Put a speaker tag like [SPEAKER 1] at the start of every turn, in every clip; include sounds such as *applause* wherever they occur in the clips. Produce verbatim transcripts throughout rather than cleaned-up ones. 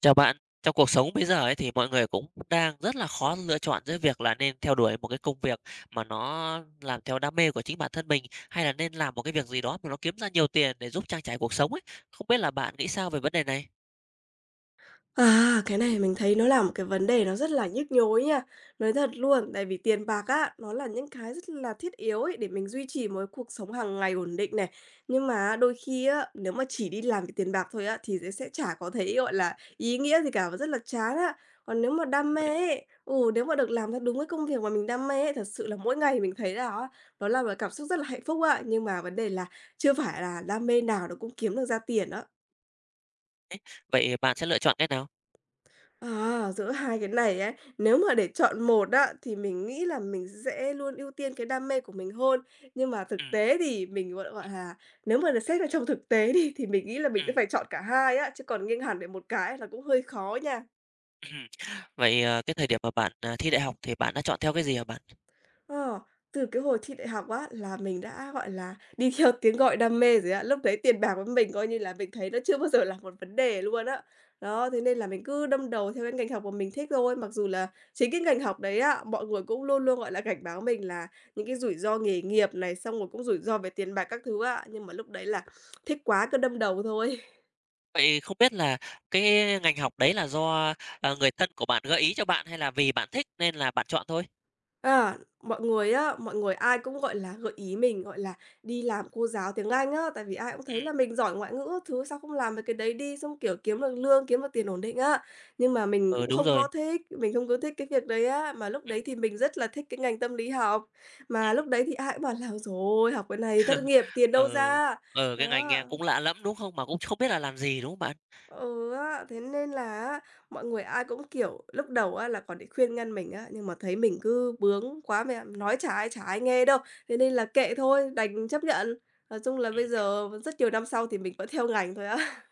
[SPEAKER 1] Chào bạn, trong cuộc sống bây giờ ấy thì mọi người cũng đang rất là khó lựa chọn giữa việc là nên theo đuổi một cái công việc mà nó làm theo đam mê của chính bản thân mình hay là nên làm một cái việc gì đó mà nó kiếm ra nhiều tiền để giúp trang trải cuộc sống ấy. Không biết là bạn nghĩ sao về vấn đề này?
[SPEAKER 2] À, cái này mình thấy nó là một cái vấn đề nó rất là nhức nhối nha. Nói thật luôn, tại vì tiền bạc á, nó là những cái rất là thiết yếu ấy để mình duy trì một cái cuộc sống hàng ngày ổn định này. Nhưng mà đôi khi á, nếu mà chỉ đi làm vì tiền bạc thôi á, thì sẽ sẽ chả có thấy gọi là ý nghĩa gì cả và rất là chán á. Còn nếu mà đam
[SPEAKER 1] Rồi.
[SPEAKER 2] mê ấy, ừ, nếu mà được làm ra đúng cái công việc mà mình đam mê ấy, thật sự là mỗi ngày mình thấy là á, đó là một cảm xúc rất là hạnh phúc ạ. Nhưng mà vấn đề là chưa phải là đam mê nào nó cũng kiếm được ra tiền á.
[SPEAKER 1] Vậy bạn sẽ lựa chọn cái nào?
[SPEAKER 2] À, giữa hai cái này ấy, nếu mà để chọn một á, thì mình nghĩ là mình sẽ luôn ưu tiên cái đam mê của mình hơn. Nhưng mà
[SPEAKER 1] Ừ,
[SPEAKER 2] thực tế thì mình, gọi gọi là, nếu mà được xét ở trong thực tế đi, thì mình nghĩ là mình
[SPEAKER 1] ừ,
[SPEAKER 2] sẽ phải chọn cả hai á, chứ còn nghiêng hẳn về một cái là cũng hơi khó nha.
[SPEAKER 1] ừ. Vậy ờ, cái thời điểm mà bạn ờ, thi đại học thì bạn đã chọn theo cái gì hả bạn?
[SPEAKER 2] Ờ, Từ cái hồi thi đại học á, là mình đã, gọi là, đi *laughs* theo tiếng gọi đam mê rồi á. Lúc đấy tiền bạc với mình coi như là mình thấy nó chưa bao giờ là một vấn đề luôn á. Đó, thế nên là mình cứ đâm đầu theo cái ngành học mà mình thích thôi. Mặc dù là chính cái ngành học đấy á, mọi người cũng luôn luôn, gọi là, cảnh báo mình là những cái rủi ro nghề nghiệp này, xong rồi cũng rủi ro về tiền bạc các thứ á. Nhưng mà lúc đấy là thích quá cứ đâm đầu thôi.
[SPEAKER 1] Vậy không biết là cái ngành học đấy là do ờ, người thân của bạn gợi ý cho bạn hay là vì bạn thích nên là bạn chọn thôi?
[SPEAKER 2] À, mọi người á, mọi người ai cũng, gọi là, gợi ý mình, gọi là, đi làm cô giáo tiếng Anh á, tại vì ai cũng
[SPEAKER 1] Ừ,
[SPEAKER 2] thấy là mình giỏi ngoại ngữ các thứ, sao không làm mấy cái đấy đi, xong, kiểu, kiếm được lương, kiếm được tiền ổn định á. Nhưng mà mình
[SPEAKER 1] ừ
[SPEAKER 2] cũng
[SPEAKER 1] đúng
[SPEAKER 2] không có
[SPEAKER 1] rồi.
[SPEAKER 2] thích, mình không có thích cái việc đấy á, mà lúc
[SPEAKER 1] Ừ,
[SPEAKER 2] đấy thì mình rất là thích cái ngành tâm lý học,
[SPEAKER 1] ừ.
[SPEAKER 2] mà lúc đấy thì ai cũng bảo là rồi học cái này thất nghiệp, tiền đâu
[SPEAKER 1] Ừ,
[SPEAKER 2] ra?"
[SPEAKER 1] ừ, cái ngành
[SPEAKER 2] Đó.
[SPEAKER 1] nghe cũng lạ lẫm, đúng không? Mà cũng không biết là làm gì, đúng không bạn?
[SPEAKER 2] Ừ á, thế nên là á, mọi người ai cũng, kiểu, lúc đầu á là còn định khuyên ngăn mình á, nhưng mà thấy mình cứ bướng quá mẹ nói chả ai chả ai nghe đâu, thế nên là kệ thôi, đành chấp nhận. Nói chung là bây
[SPEAKER 1] Ừm,
[SPEAKER 2] giờ rất nhiều năm sau thì mình vẫn theo ngành thôi á.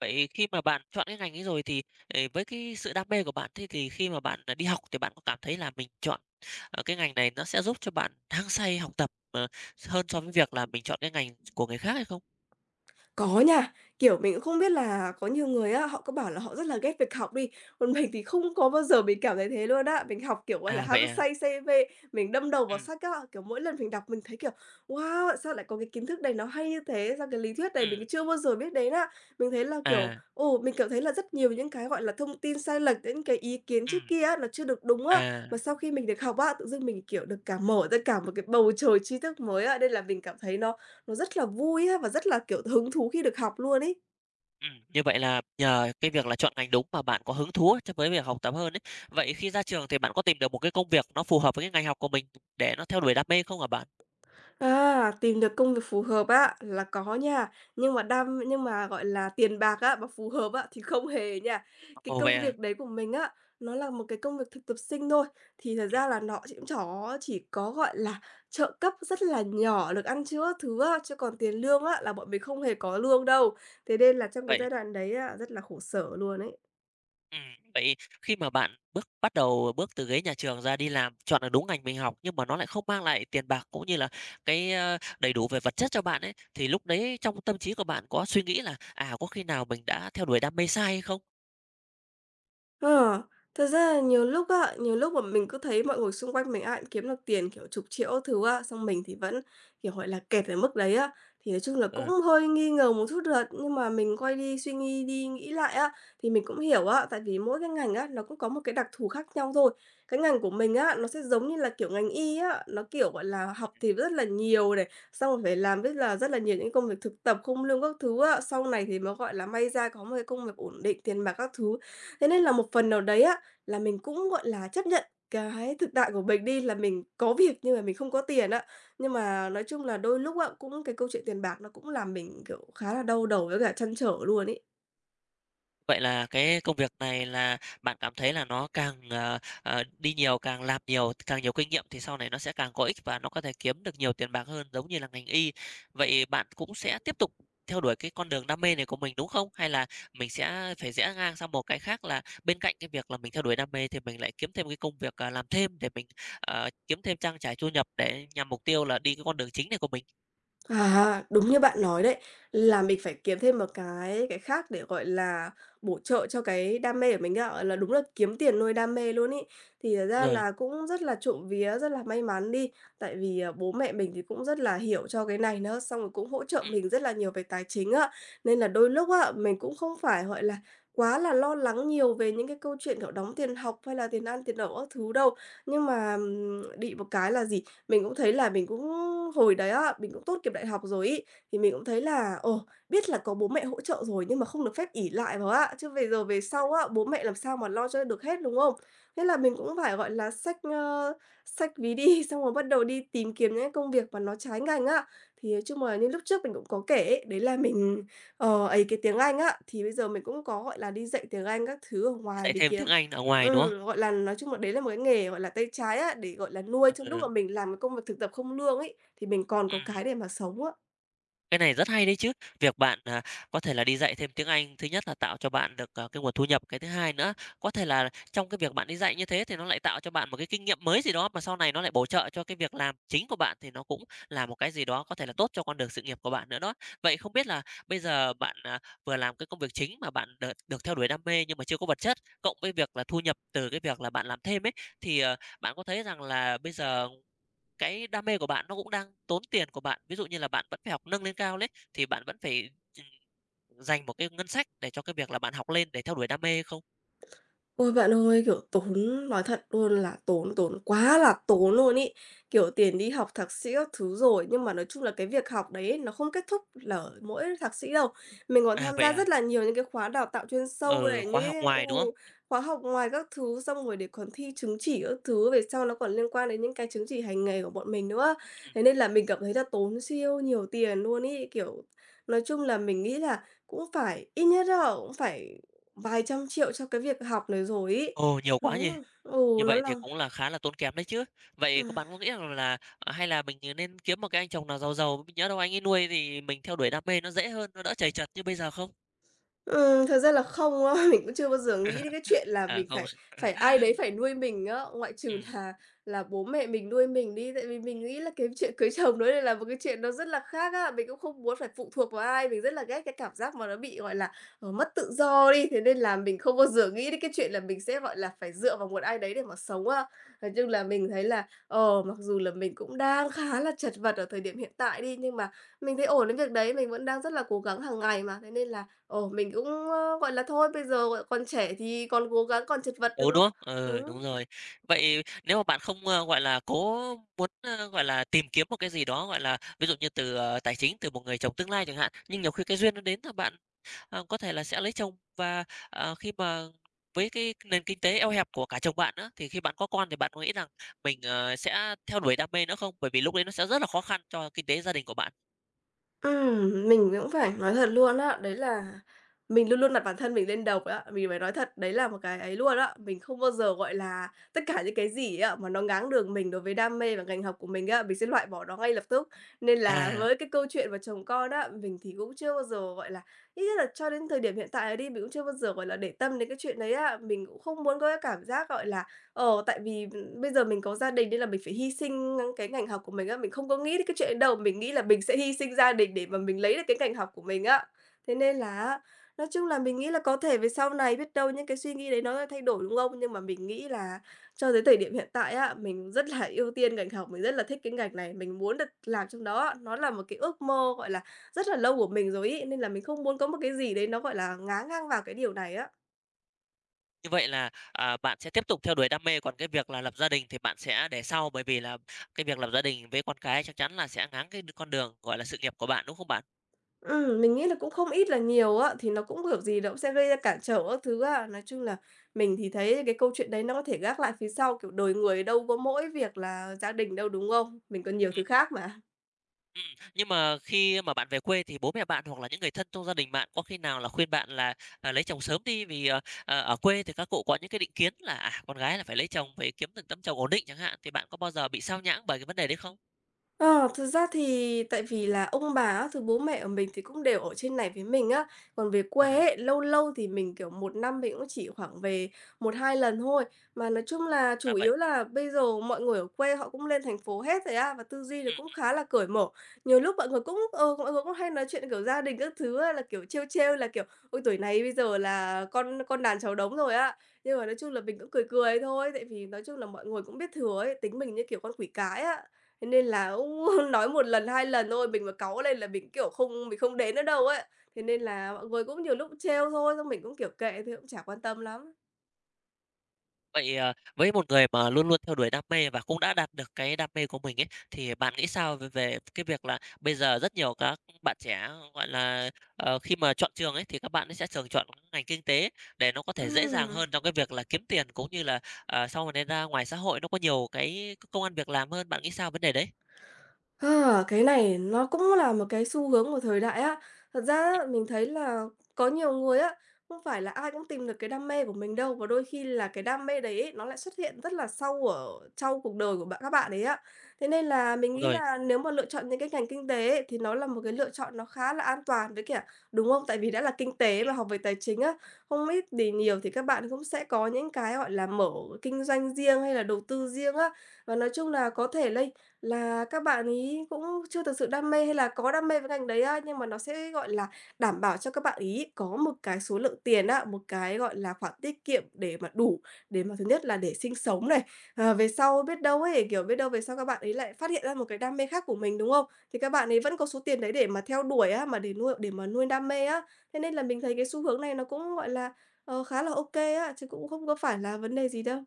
[SPEAKER 1] Vậy khi mà bạn chọn cái ngành ấy rồi thì, ờ, với cái sự đam mê của bạn, thế thì khi mà bạn, à, đi học thì bạn có cảm thấy là mình chọn, ờ, cái ngành này nó sẽ giúp cho bạn hăng say học tập, ờ, hơn so với việc là mình chọn cái ngành của người khác hay không?
[SPEAKER 2] Có nha, kiểu, mình cũng không biết là có nhiều người á, họ cứ bảo là họ rất là ghét việc học đi, còn mình thì không có bao giờ mình cảm thấy thế luôn á. Mình học, kiểu, gọi là,
[SPEAKER 1] À, vậy
[SPEAKER 2] hăng
[SPEAKER 1] à?
[SPEAKER 2] say say mê, mình đâm đầu vào
[SPEAKER 1] Ừm,
[SPEAKER 2] sách á, kiểu, mỗi lần mình đọc mình thấy, kiểu, wow, sao lại có cái kiến thức này nó hay như thế, sao cái lý thuyết này
[SPEAKER 1] ừm,
[SPEAKER 2] mình chưa bao giờ biết đến á. Mình thấy là, kiểu,
[SPEAKER 1] à,
[SPEAKER 2] ồ, mình cảm thấy là rất nhiều những cái, gọi là, thông tin sai lệch, những cái ý kiến trước
[SPEAKER 1] ừm,
[SPEAKER 2] kia á, nó chưa được đúng á, mà
[SPEAKER 1] à,
[SPEAKER 2] sau khi mình được học á, tự dưng mình, kiểu, được cả mở ra cả một cái bầu trời tri thức mới á, nên là mình cảm thấy nó nó rất là vui á, và rất là, kiểu, hứng thú khi được học luôn ấy.
[SPEAKER 1] ừm, như vậy là nhờ cái việc là chọn ngành đúng mà bạn có hứng thú á cho với việc học tập hơn ấy. Vậy khi ra trường thì bạn có tìm được một cái công việc nó phù hợp với cái ngành học của mình để nó theo đuổi đam mê không hả bạn?
[SPEAKER 2] À, tìm được công việc phù hợp á, là có nha, nhưng mà đam nhưng mà, gọi là, tiền bạc á, mà phù hợp á, thì không hề nha. Cái
[SPEAKER 1] Ồ, vậy
[SPEAKER 2] công
[SPEAKER 1] à?
[SPEAKER 2] việc đấy của mình á, nó là một cái công việc thực tập sinh thôi, thì thật
[SPEAKER 1] Ừm,
[SPEAKER 2] ra là nó chỉ chó chỉ có, gọi là, trợ cấp rất là nhỏ, được ăn chữa thứ á, chứ còn tiền lương á, là bọn mình không hề có lương đâu. Thế nên là trong cái giai
[SPEAKER 1] vậy.
[SPEAKER 2] đoạn đấy á, rất là khổ sở luôn ấy.
[SPEAKER 1] Ừm, Vậy khi mà bạn bước bắt đầu bước từ ghế nhà trường ra đi làm, chọn được đúng ngành mình học nhưng mà nó lại không mang lại tiền bạc cũng như là cái, ơ, đầy đủ về vật chất cho bạn ấy, thì lúc đấy trong tâm trí của bạn có suy nghĩ là, à, có khi nào mình đã theo đuổi đam mê sai hay không?
[SPEAKER 2] Ờ, Thật ra là nhiều lúc á, nhiều lúc mà mình cứ thấy mọi người xung quanh mình ai cũng kiếm được tiền, kiểu, chục triệu thứ á, xong mình thì vẫn, kiểu, gọi là, kẹt ở mức đấy á. Thì nói chung là cũng
[SPEAKER 1] Ờ.
[SPEAKER 2] hơi nghi ngờ một chút thật, nhưng mà mình quay đi suy nghĩ đi nghĩ lại á, thì mình cũng hiểu á, tại vì mỗi cái ngành á, nó cũng có một cái đặc thù khác nhau thôi. Cái ngành của mình á, nó sẽ giống như là, kiểu, ngành y á, nó, kiểu, gọi là, học thì rất là nhiều này, xong rồi phải làm rất là rất là nhiều những công việc thực tập không lương các thứ á, sau này thì mới, gọi là, may ra có một cái công việc ổn định, tiền bạc các thứ. Thế nên là một phần nào đấy á, là mình cũng, gọi là, chấp nhận cái thực tại của mình đi, là mình có việc nhưng mà mình không có tiền á. Nhưng mà nói chung là đôi lúc á, cũng cái câu chuyện tiền bạc nó cũng làm mình, kiểu, khá là đau đầu với cả trăn trở luôn ấy.
[SPEAKER 1] Vậy là cái công việc này là bạn cảm thấy là nó càng, ờ, ờ, đi nhiều, càng làm nhiều, càng nhiều kinh nghiệm thì sau này nó sẽ càng có ích và nó có thể kiếm được nhiều tiền bạc hơn giống như là ngành y. Vậy bạn cũng sẽ tiếp tục theo đuổi cái con đường đam mê này của mình, đúng không? Hay là mình sẽ phải rẽ ngang sang một cái khác là bên cạnh cái việc là mình theo đuổi đam mê thì mình lại kiếm thêm cái công việc, à, làm thêm để mình, ờ, kiếm thêm trang trải thu nhập để nhằm mục tiêu là đi cái con đường chính này của mình?
[SPEAKER 2] À, đúng như bạn nói đấy, là mình phải kiếm thêm một cái cái khác để, gọi là, bổ trợ cho cái đam mê của mình á, gọi là, đúng là kiếm tiền nuôi đam mê luôn ấy. Thì thật ra
[SPEAKER 1] Rồi,
[SPEAKER 2] là cũng rất là trộm vía, rất là may mắn đi, tại vì, à, bố mẹ mình thì cũng rất là hiểu cho cái này nữa, xong rồi cũng hỗ trợ
[SPEAKER 1] ừm,
[SPEAKER 2] mình rất là nhiều về tài chính á. Nên là đôi lúc á, mình cũng không phải, gọi là, quá là lo lắng nhiều về những cái câu chuyện, kiểu, đóng tiền học hay là tiền ăn, tiền ở các thứ đâu. Nhưng mà, ừm, bị một cái là gì? Mình cũng thấy là mình cũng hồi đấy á, mình cũng tốt nghiệp đại học rồi ý, thì mình cũng thấy là, ồ, biết là có bố mẹ hỗ trợ rồi nhưng mà không được phép ỷ lại vào á, chứ về giờ về
[SPEAKER 1] rồi
[SPEAKER 2] sau á, bố mẹ làm sao mà lo cho được hết, đúng không? Thế là mình cũng phải, gọi là, xách, ơ, xách ví đi, *laughs* xong rồi bắt đầu đi tìm kiếm những công việc mà nó trái ngành á. Thì nói chung là như lúc trước mình cũng có kể ấy, đấy là mình, ờ, ấy cái tiếng Anh á, thì bây giờ mình cũng có, gọi là, đi dạy tiếng Anh các thứ ở ngoài
[SPEAKER 1] dạy
[SPEAKER 2] để
[SPEAKER 1] thêm
[SPEAKER 2] kiếm.
[SPEAKER 1] tiếng Anh ở ngoài, đúng không?
[SPEAKER 2] Ừm, gọi là, nói chung là đấy là một cái nghề, gọi là, tay trái á, để, gọi là, nuôi trong lúc
[SPEAKER 1] Ừ,
[SPEAKER 2] mà mình làm cái công việc thực tập không lương ấy, thì mình còn có
[SPEAKER 1] ừm.
[SPEAKER 2] cái để mà sống á.
[SPEAKER 1] Cái này rất hay đấy chứ. Việc bạn, à, có thể là đi dạy thêm tiếng Anh, thứ nhất là tạo cho bạn được, ờ, cái nguồn thu nhập, cái thứ hai nữa, có thể là trong cái việc bạn đi dạy như thế thì nó lại tạo cho bạn một cái kinh nghiệm mới gì đó mà sau này nó lại bổ trợ cho cái việc làm chính của bạn, thì nó cũng là một cái gì đó có thể là tốt cho con đường sự nghiệp của bạn nữa đó. Vậy không biết là bây giờ bạn, à, vừa làm cái công việc chính mà bạn được được theo đuổi đam mê nhưng mà chưa có vật chất, cộng với việc là thu nhập từ cái việc là bạn làm thêm ấy, thì, ờ, bạn có thấy rằng là bây giờ cái đam mê của bạn nó cũng đang tốn tiền của bạn. Ví dụ như là bạn vẫn phải học nâng lên cao đấy, thì bạn vẫn phải ch dành một cái ngân sách để cho cái việc là bạn học lên để theo đuổi đam mê không?
[SPEAKER 2] Ôi, bạn ơi, kiểu, tốn nói thật luôn là tốn, tốn quá là tốn luôn ý. Kiểu, tiền đi học thạc sĩ các thứ rồi, nhưng mà nói chung là cái việc học đấy ấy, nó không kết thúc là ở mỗi thạc sĩ đâu. Mình còn
[SPEAKER 1] À,
[SPEAKER 2] tham
[SPEAKER 1] vậy
[SPEAKER 2] gia
[SPEAKER 1] à?
[SPEAKER 2] rất là nhiều những cái khóa đào tạo chuyên sâu
[SPEAKER 1] Ừ,
[SPEAKER 2] này,
[SPEAKER 1] khóa
[SPEAKER 2] những
[SPEAKER 1] học
[SPEAKER 2] cái ừ,
[SPEAKER 1] ngoài, đúng không?
[SPEAKER 2] khóa học ngoài các thứ, xong rồi để còn thi chứng chỉ các thứ, về sau nó còn liên quan đến những cái chứng chỉ hành nghề của bọn mình nữa.
[SPEAKER 1] Ừm.
[SPEAKER 2] Thế nên là mình cảm thấy là tốn siêu nhiều tiền luôn ý. Kiểu, nói chung là mình nghĩ là cũng phải ít nhất là cũng phải vài trăm triệu cho cái việc học này rồi ấy.
[SPEAKER 1] Ồ, nhiều quá nhỉ?
[SPEAKER 2] Đó, ừ,
[SPEAKER 1] Như
[SPEAKER 2] nó
[SPEAKER 1] vậy
[SPEAKER 2] là
[SPEAKER 1] thì cũng là khá là tốn kém đấy chứ.
[SPEAKER 2] ờ.
[SPEAKER 1] Vậy có bạn có nghĩ rằng là, à, hay là mình, ờ, nên kiếm một cái anh chồng nào giàu giàu, nhớ đâu anh ấy nuôi thì mình theo đuổi đam mê nó dễ hơn, nó đỡ trầy chật như bây giờ không?
[SPEAKER 2] Ừm, thật ra là không á, *laughs* mình cũng chưa bao giờ nghĩ đến cái chuyện là
[SPEAKER 1] À,
[SPEAKER 2] mình
[SPEAKER 1] không.
[SPEAKER 2] phải
[SPEAKER 1] *laughs*
[SPEAKER 2] phải ai đấy phải nuôi mình á, ngoại trừ
[SPEAKER 1] Ừm.
[SPEAKER 2] là là bố mẹ mình nuôi mình đi. Tại vì mình nghĩ là cái chuyện cưới chồng đấy là một cái chuyện nó rất là khác á, mình cũng không muốn phải phụ thuộc vào ai, mình rất là ghét cái cảm giác mà nó bị, gọi là, ờ, mất tự do đi. Thế nên là mình không bao giờ nghĩ đến cái chuyện là mình sẽ, gọi là, phải dựa vào một ai đấy để mà sống á. Thế nhưng là mình thấy là, ờ, mặc dù là mình cũng đang khá là chật vật ở thời điểm hiện tại đi, nhưng mà mình thấy ổn đến việc đấy, mình vẫn đang rất là cố gắng hàng ngày mà. Thế nên là. Ồ, mình cũng, ơ, gọi là, thôi bây giờ, gọi, còn trẻ thì còn cố gắng, còn chật vật
[SPEAKER 1] Ừ, đúng
[SPEAKER 2] nữa.
[SPEAKER 1] không? Ừ,
[SPEAKER 2] Ừ.
[SPEAKER 1] đúng rồi. Vậy nếu mà bạn không, ơ, gọi là, cố muốn, ơ, gọi là, tìm kiếm một cái gì đó, gọi là, ví dụ như từ, ờ, tài chính từ một người chồng tương lai chẳng hạn, nhưng nhiều khi cái duyên nó đến là bạn, ờ, có thể là sẽ lấy chồng và, ờ, khi mà với cái nền kinh tế eo hẹp của cả chồng bạn nữa, thì khi bạn có con thì bạn có nghĩ rằng mình, ờ, sẽ theo đuổi đam mê nữa không? Bởi vì lúc đấy nó sẽ rất là khó khăn cho kinh tế gia đình của bạn.
[SPEAKER 2] Ừm, mình cũng phải nói thật luôn á, đấy là mình luôn luôn đặt bản thân mình lên đầu á, mình phải nói thật, đấy là một cái ấy luôn á. Mình không bao giờ, gọi là, tất cả những cái gì á mà nó ngáng đường mình đối với đam mê và ngành học của mình á, mình sẽ loại bỏ nó ngay lập tức. Nên là
[SPEAKER 1] À.
[SPEAKER 2] với cái câu chuyện mà chồng con á, mình thì cũng chưa bao giờ, gọi là, ít nhất là cho đến thời điểm hiện tại đi, mình cũng chưa bao giờ, gọi là, để tâm đến cái chuyện đấy á. Mình cũng không muốn có cái cảm giác, gọi là. Ờ, tại vì, bây giờ mình có gia đình nên là mình phải hy sinh cái ngành học của mình á, mình không có nghĩ đến cái chuyện đấy đâu, mình nghĩ là mình sẽ hy sinh gia đình để mà mình lấy được cái ngành học của mình á. Thế nên là á, nói chung là mình nghĩ là có thể về sau này biết đâu những cái suy nghĩ đấy nó lại thay đổi, đúng không? Nhưng mà mình nghĩ là cho tới thời điểm hiện tại á, mình rất là ưu tiên ngành học, mình rất là thích cái ngành này, mình muốn được làm trong đó á. Nó là một cái ước mơ, gọi là, rất là lâu của mình rồi ý nên là mình không muốn có một cái gì đấy nó, gọi là, ngáng ngang vào cái điều này á.
[SPEAKER 1] Như vậy là, à, bạn sẽ tiếp tục theo đuổi đam mê, còn cái việc là lập gia đình thì bạn sẽ để sau, bởi vì là cái việc lập gia đình với con cái chắc chắn là sẽ ngáng cái con đường, gọi là, sự nghiệp của bạn, đúng không bạn?
[SPEAKER 2] Ừm, mình nghĩ là cũng không ít là nhiều á, thì nó cũng, kiểu gì, nó cũng sẽ gây ra cản trở các thứ á. Nói chung là mình thì thấy cái câu chuyện đấy nó có thể gác lại phía sau, kiểu, đời người đâu có mỗi việc là gia đình đâu, đúng không? Mình còn nhiều
[SPEAKER 1] Ừm,
[SPEAKER 2] thứ khác mà.
[SPEAKER 1] ừm, nhưng mà khi mà bạn về quê thì bố mẹ bạn hoặc là những người thân trong gia đình bạn có khi nào là khuyên bạn là, à, lấy chồng sớm đi vì, ờ, ờ, ở quê thì các cụ có những cái định kiến là, à, con gái là phải lấy chồng, phải kiếm được tấm chồng ổn định chẳng hạn, thì bạn có bao giờ bị sao nhãng bởi cái vấn đề đấy không?
[SPEAKER 2] Ờ, thực ra thì tại vì là ông bà á, thứ bố mẹ của mình thì cũng đều ở trên này với mình á. Còn về quê
[SPEAKER 1] À,
[SPEAKER 2] ấy, lâu lâu thì mình, kiểu, một năm mình cũng chỉ khoảng về một hai lần thôi. Mà nói chung là chủ
[SPEAKER 1] ra vậy.
[SPEAKER 2] yếu là bây giờ mọi người ở quê họ cũng lên thành phố hết rồi á, và tư duy thì cũng khá là cởi mở. Nhiều lúc mọi người cũng ừ, mọi người cũng hay nói chuyện, kiểu, gia đình các thứ á, là, kiểu, trêu trêu là, kiểu, "Ôi, tuổi này bây giờ là con con đàn cháu đống rồi á." Nhưng mà nói chung là mình cũng cười cười thôi, tại vì nói chung là mọi người cũng biết thừa ấy, tính mình như kiểu con quỷ cái á. Thế nên là cũng *laughs* nói một lần, hai lần thôi, mình mà cáu lên là mình, kiểu, không mình không đến nữa đâu ấy. Thế nên là mọi người cũng nhiều lúc trêu thôi, xong mình cũng, kiểu, kệ thôi, cũng chả quan tâm lắm.
[SPEAKER 1] Vậy, ờ, với một người mà luôn luôn theo đuổi đam mê và cũng đã đạt được cái đam mê của mình ấy, thì bạn nghĩ sao về về cái việc là bây giờ rất nhiều các bạn trẻ, gọi là, ờ, khi mà chọn trường ấy, thì các bạn ấy sẽ thường chọn các ngành kinh tế để nó có thể dễ dàng
[SPEAKER 2] Ừm.
[SPEAKER 1] hơn trong cái việc là kiếm tiền, cũng như là, ờ, sau này ra ngoài xã hội nó có nhiều cái công ăn việc làm hơn, bạn nghĩ sao vấn đề đấy?
[SPEAKER 2] À, cái này nó cũng là một cái xu hướng của thời đại á. Thật ra á, mình thấy là có nhiều người á, không phải là ai cũng tìm được cái đam mê của mình đâu và đôi khi là cái đam mê đấy ấy, nó lại xuất hiện rất là sau ở trong cuộc đời của bạn các bạn ấy á. Thế nên là mình
[SPEAKER 1] Đúng
[SPEAKER 2] nghĩ
[SPEAKER 1] rồi.
[SPEAKER 2] là nếu mà lựa chọn những cái ngành kinh tế ấy, thì nó là một cái lựa chọn nó khá là an toàn với cả đúng không? Tại vì đã là kinh tế mà học về tài chính á, không ít thì nhiều thì các bạn cũng sẽ có những cái gọi là mở kinh doanh riêng hay là đầu tư riêng á. Và nói chung là có thể lây là các bạn ấy cũng chưa thực sự đam mê hay là có đam mê với ngành đấy á, nhưng mà nó sẽ, gọi là, đảm bảo cho các bạn ấy có một cái số lượng tiền á, một cái, gọi là, khoản tiết kiệm để mà đủ để mà thứ nhất là để sinh sống này, ờ, về sau biết đâu ấy, kiểu, biết đâu về sau các bạn ấy lại phát hiện ra một cái đam mê khác của mình, đúng không? Thì các bạn ấy vẫn có số tiền đấy để mà theo đuổi á, mà để nuôi để mà nuôi đam mê á. Thế nên là mình thấy cái xu hướng này nó cũng, gọi là, ờ, khá là ô kê á, chứ cũng không có phải là vấn đề gì đâu.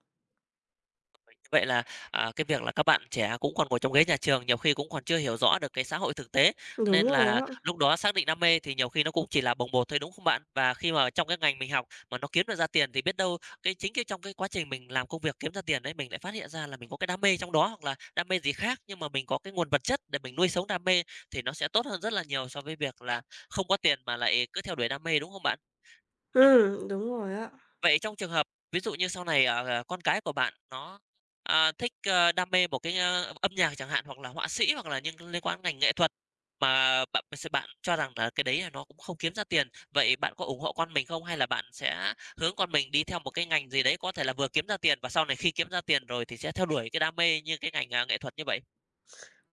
[SPEAKER 1] Như vậy là, à, cái việc là các bạn trẻ cũng còn ngồi trong ghế nhà trường, nhiều khi cũng còn chưa hiểu rõ được cái xã hội thực tế,
[SPEAKER 2] Đúng
[SPEAKER 1] nên
[SPEAKER 2] rồi
[SPEAKER 1] là
[SPEAKER 2] á.
[SPEAKER 1] lúc đó xác định đam mê thì nhiều khi nó cũng chỉ là bồng bột thôi, đúng không bạn? Và khi mà trong cái ngành mình học mà nó kiếm được ra tiền thì biết đâu cái chính cái trong cái quá trình mình làm công việc kiếm ra tiền đấy, mình lại phát hiện ra là mình có cái đam mê trong đó, hoặc là đam mê gì khác, nhưng mà mình có cái nguồn vật chất để mình nuôi sống đam mê thì nó sẽ tốt hơn rất là nhiều so với việc là không có tiền mà lại cứ theo đuổi đam mê, đúng không bạn? Ừm.
[SPEAKER 2] Ừm, đúng rồi á.
[SPEAKER 1] Vậy trong trường hợp ví dụ như sau này, ờ, ờ, con cái của bạn nó, à, thích, ơ, đam mê một cái, ơ, âm nhạc chẳng hạn, hoặc là họa sĩ, hoặc là những liên quan đến ngành nghệ thuật mà bạn sẽ bạn cho rằng là cái đấy là nó cũng không kiếm ra tiền, vậy bạn có ủng hộ con mình không? Hay là bạn sẽ hướng con mình đi theo một cái ngành gì đấy có thể là vừa kiếm ra tiền và sau này khi kiếm ra tiền rồi thì sẽ theo đuổi cái đam mê như cái ngành, à, nghệ thuật như vậy?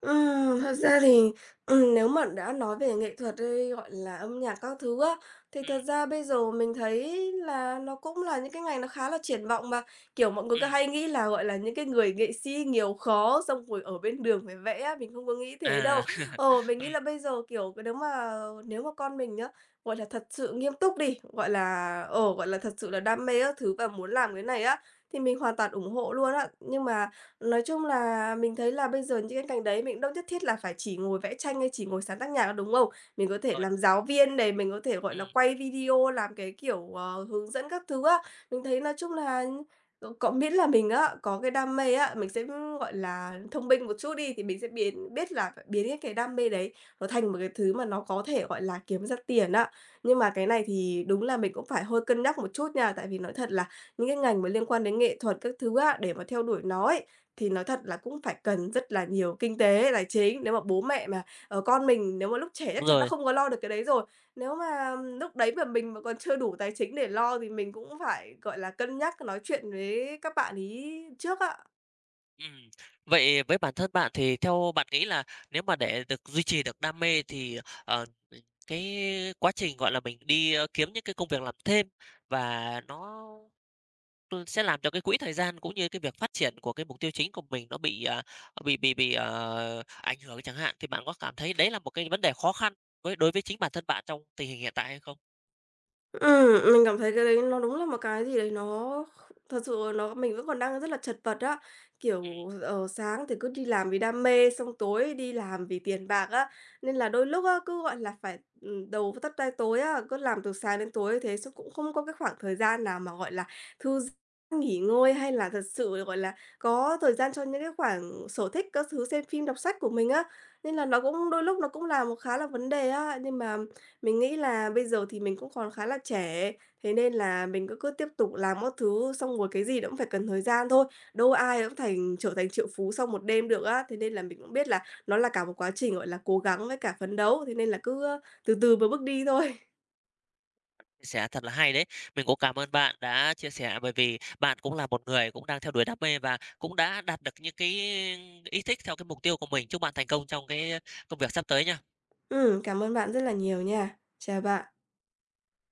[SPEAKER 2] Ừm, thật ra thì, ừm, nếu mà đã nói về nghệ thuật hay, gọi là, âm nhạc các thứ á, thì
[SPEAKER 1] Ừ,
[SPEAKER 2] thật ra bây giờ mình thấy là nó cũng là những cái ngành nó khá là triển vọng mà. Kiểu, mọi người cứ
[SPEAKER 1] ừm,
[SPEAKER 2] hay nghĩ là, gọi là, những cái người nghệ sĩ nghèo khó, xong rồi ở bên đường phải vẽ á, mình không có nghĩ thế
[SPEAKER 1] à,
[SPEAKER 2] đâu.
[SPEAKER 1] *laughs*
[SPEAKER 2] Ờ, mình nghĩ
[SPEAKER 1] ừm,
[SPEAKER 2] là bây giờ, kiểu, cái nếu mà nếu mà con mình nhá, gọi là, thật sự nghiêm túc đi, gọi là, ờ, gọi là, thật sự là đam mê các thứ và muốn làm cái này á, thì mình hoàn toàn ủng hộ luôn á. Nhưng mà nói chung là mình thấy là bây giờ những cái ngành đấy mình cũng đâu nhất thiết là phải chỉ ngồi vẽ tranh hay chỉ ngồi sáng tác nhạc đâu, đúng không? Mình có thể
[SPEAKER 1] rồi,
[SPEAKER 2] làm giáo viên này, mình có thể, gọi là,
[SPEAKER 1] ừm,
[SPEAKER 2] quay video, làm cái kiểu, ờ, hướng dẫn các thứ á. Mình thấy nói chung là c có miễn là mình á, có cái đam mê á, mình sẽ, gọi là, thông minh một chút đi thì mình sẽ biến biết là phải biến cái cái đam mê đấy nó thành một cái thứ mà nó có thể, gọi là, kiếm ra tiền á. Nhưng mà cái này thì đúng là mình cũng phải hơi cân nhắc một chút nha, tại vì nói thật là những cái ngành mà liên quan đến nghệ thuật các thứ á, để mà theo đuổi nó ấy, thì nói thật là cũng phải cần rất là nhiều kinh tế là chính. Nếu mà bố mẹ mà ờ, con mình nếu mà lúc trẻ chắc
[SPEAKER 1] đúng
[SPEAKER 2] chắn nó
[SPEAKER 1] rồi.
[SPEAKER 2] không có lo được cái đấy rồi. Nếu mà ừm, lúc đấy mà mình mà còn chưa đủ tài chính để lo thì mình cũng phải, gọi là, cân nhắc nói chuyện với các bạn ấy trước ạ.
[SPEAKER 1] Ừm, Vậy với bản thân bạn thì theo bạn nghĩ là nếu mà để được duy trì được đam mê thì, ờ, cái quá trình, gọi là, mình đi, ơ, kiếm những cái công việc làm thêm và nó, sẽ làm cho cái quỹ thời gian cũng như cái việc phát triển của cái mục tiêu chính của mình nó bị, à, bị bị bị, ờ, ảnh hưởng chẳng hạn, thì bạn có cảm thấy đấy là một cái vấn đề khó khăn với đối với chính bản thân bạn trong tình hình hiện tại hay không?
[SPEAKER 2] Ừm, mình cảm thấy cái đấy nó đúng là một cái gì đấy nó thật sự nó mình vẫn còn đang rất là chật vật á. Kiểu, ờ, sáng thì cứ đi làm vì đam mê, xong tối đi làm vì tiền bạc á, nên là đôi lúc á, cứ, gọi là, phải, ừm, đầu tắt tai tối á, cứ làm từ sáng đến tối thế xong cũng không có cái khoảng thời gian nào mà, gọi là, thư giãn, nghỉ ngơi hay là thật sự, gọi là, có thời gian cho những cái khoảng sở thích các thứ, xem phim, đọc sách của mình á. Nên là nó cũng đôi lúc nó cũng là một khá là vấn đề á, nhưng mà mình nghĩ là bây giờ thì mình cũng còn khá là trẻ, thế nên là mình cứ cứ tiếp tục làm mọi thứ, xong rồi cái gì nó cũng phải cần thời gian thôi, đâu ai cũng thành trở thành triệu phú sau một đêm được á. Thế nên là mình cũng biết là nó là cả một quá trình, gọi là, cố gắng với cả phấn đấu, thế nên là cứ, ơ, từ từ và bước đi thôi. *laughs*
[SPEAKER 1] Chia sẻ thật là hay đấy. Mình cũng cảm ơn bạn đã chia sẻ bởi vì bạn cũng là một người cũng đang theo đuổi đam mê và cũng đã đạt được những cái ý thích theo cái mục tiêu của mình. Chúc bạn thành công trong cái công việc sắp tới nha.
[SPEAKER 2] Ừm, cảm ơn bạn rất là nhiều nha. Chào bạn.